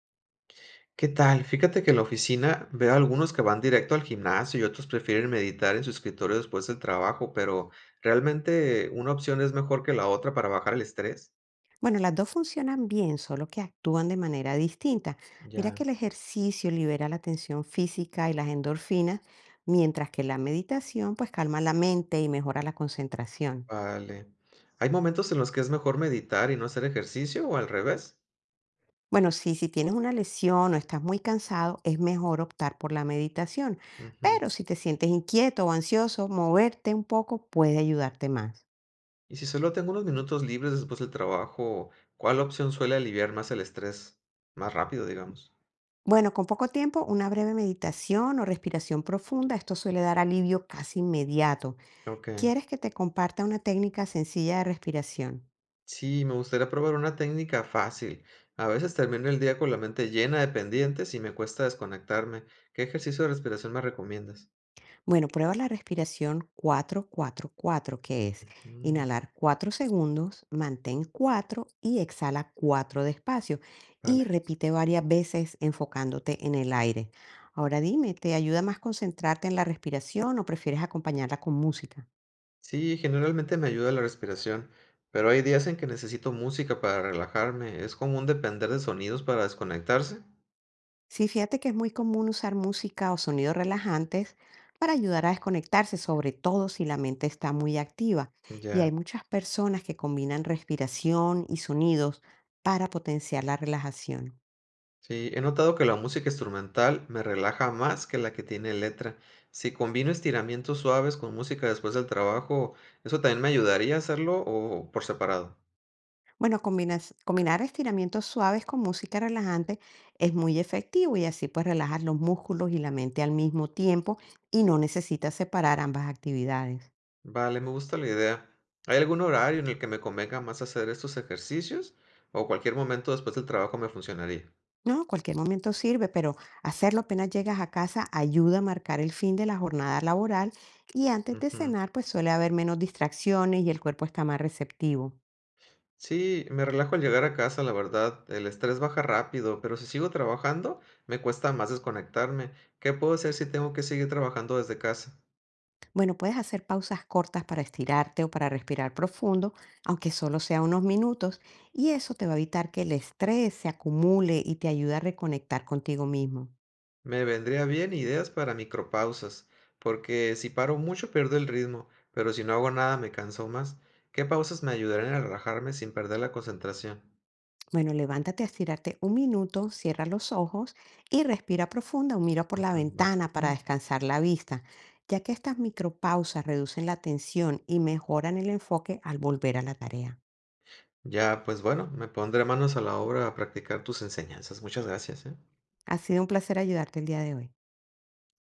¿Qué tal? Fíjate que en la oficina veo algunos que van directo al gimnasio y otros prefieren meditar en su escritorio después del trabajo, pero ¿realmente una opción es mejor que la otra para bajar el estrés? Bueno, las dos funcionan bien, solo que actúan de manera distinta. Mira que Ya, el ejercicio libera la tensión física y las endorfinas, mientras que la meditación pues calma la mente y mejora la concentración. vale. ¿Hay momentos en los que es mejor meditar y no hacer ejercicio o al revés? Bueno, sí, si tienes una lesión o estás muy cansado, es mejor optar por la meditación, Ujú. pero si te sientes inquieto o ansioso, moverte un poco puede ayudarte más. Y si solo tengo unos minutos libres después del trabajo, ¿cuál opción suele aliviar más el estrés? Más rápido, digamos. Bueno, con poco tiempo, una breve meditación o respiración profunda, esto suele dar alivio casi inmediato. Ok. ¿Quieres que te comparta una técnica sencilla de respiración? Sí, me gustaría probar una técnica fácil. A veces termino el día con la mente llena de pendientes y me cuesta desconectarme. ¿Qué ejercicio de respiración me recomiendas? Bueno, prueba la respiración 4-4-4 que es Ujú, inhalar 4 segundos, mantén 4 y exhala 4 despacio. Y vale. repite varias veces enfocándote en el aire. Ahora dime, ¿te ayuda más concentrarte en la respiración o prefieres acompañarla con música? Sí, generalmente me ayuda la respiración, pero hay días en que necesito música para relajarme. ¿Es común depender de sonidos para desconectarse? Sí, fíjate que es muy común usar música o sonidos relajantes para ayudar a desconectarse, sobre todo si la mente está muy activa. Y Ya. hay muchas personas que combinan respiración y sonidos para potenciar la relajación. Sí, he notado que la música instrumental me relaja más que la que tiene letra. Si combino estiramientos suaves con música después del trabajo, ¿eso también me ayudaría a hacerlo o por separado? Bueno, combinar estiramientos suaves con música relajante es muy efectivo y así pues relajas los músculos y la mente al mismo tiempo y no necesitas separar ambas actividades. Vale, me gusta la idea. ¿Hay algún horario en el que me convenga más hacer estos ejercicios? ¿O cualquier momento después del trabajo me funcionaría? No, cualquier momento sirve, pero hacerlo apenas llegas a casa ayuda a marcar el fin de la jornada laboral y antes de Ujú. cenar pues suele haber menos distracciones y el cuerpo está más receptivo. Sí, me relajo al llegar a casa, la verdad. El estrés baja rápido, pero si sigo trabajando, me cuesta más desconectarme. ¿Qué puedo hacer si tengo que seguir trabajando desde casa? Bueno, puedes hacer pausas cortas para estirarte o para respirar profundo, aunque solo sea unos minutos, y eso te va a evitar que el estrés se acumule y te ayuda a reconectar contigo mismo. Me vendría bien ideas para micropausas, porque si paro mucho pierdo el ritmo, pero si no hago nada me canso más. ¿Qué pausas me ayudarán a relajarme sin perder la concentración? Bueno, levántate a estirarte un minuto, cierra los ojos y respira profunda o mira por la Ujú, va. ventana para descansar la vista, ya que estas micropausas reducen la tensión y mejoran el enfoque al volver a la tarea. Ya, pues bueno, me pondré manos a la obra a practicar tus enseñanzas. Muchas gracias, ¿eh? Ha sido un placer ayudarte el día de hoy.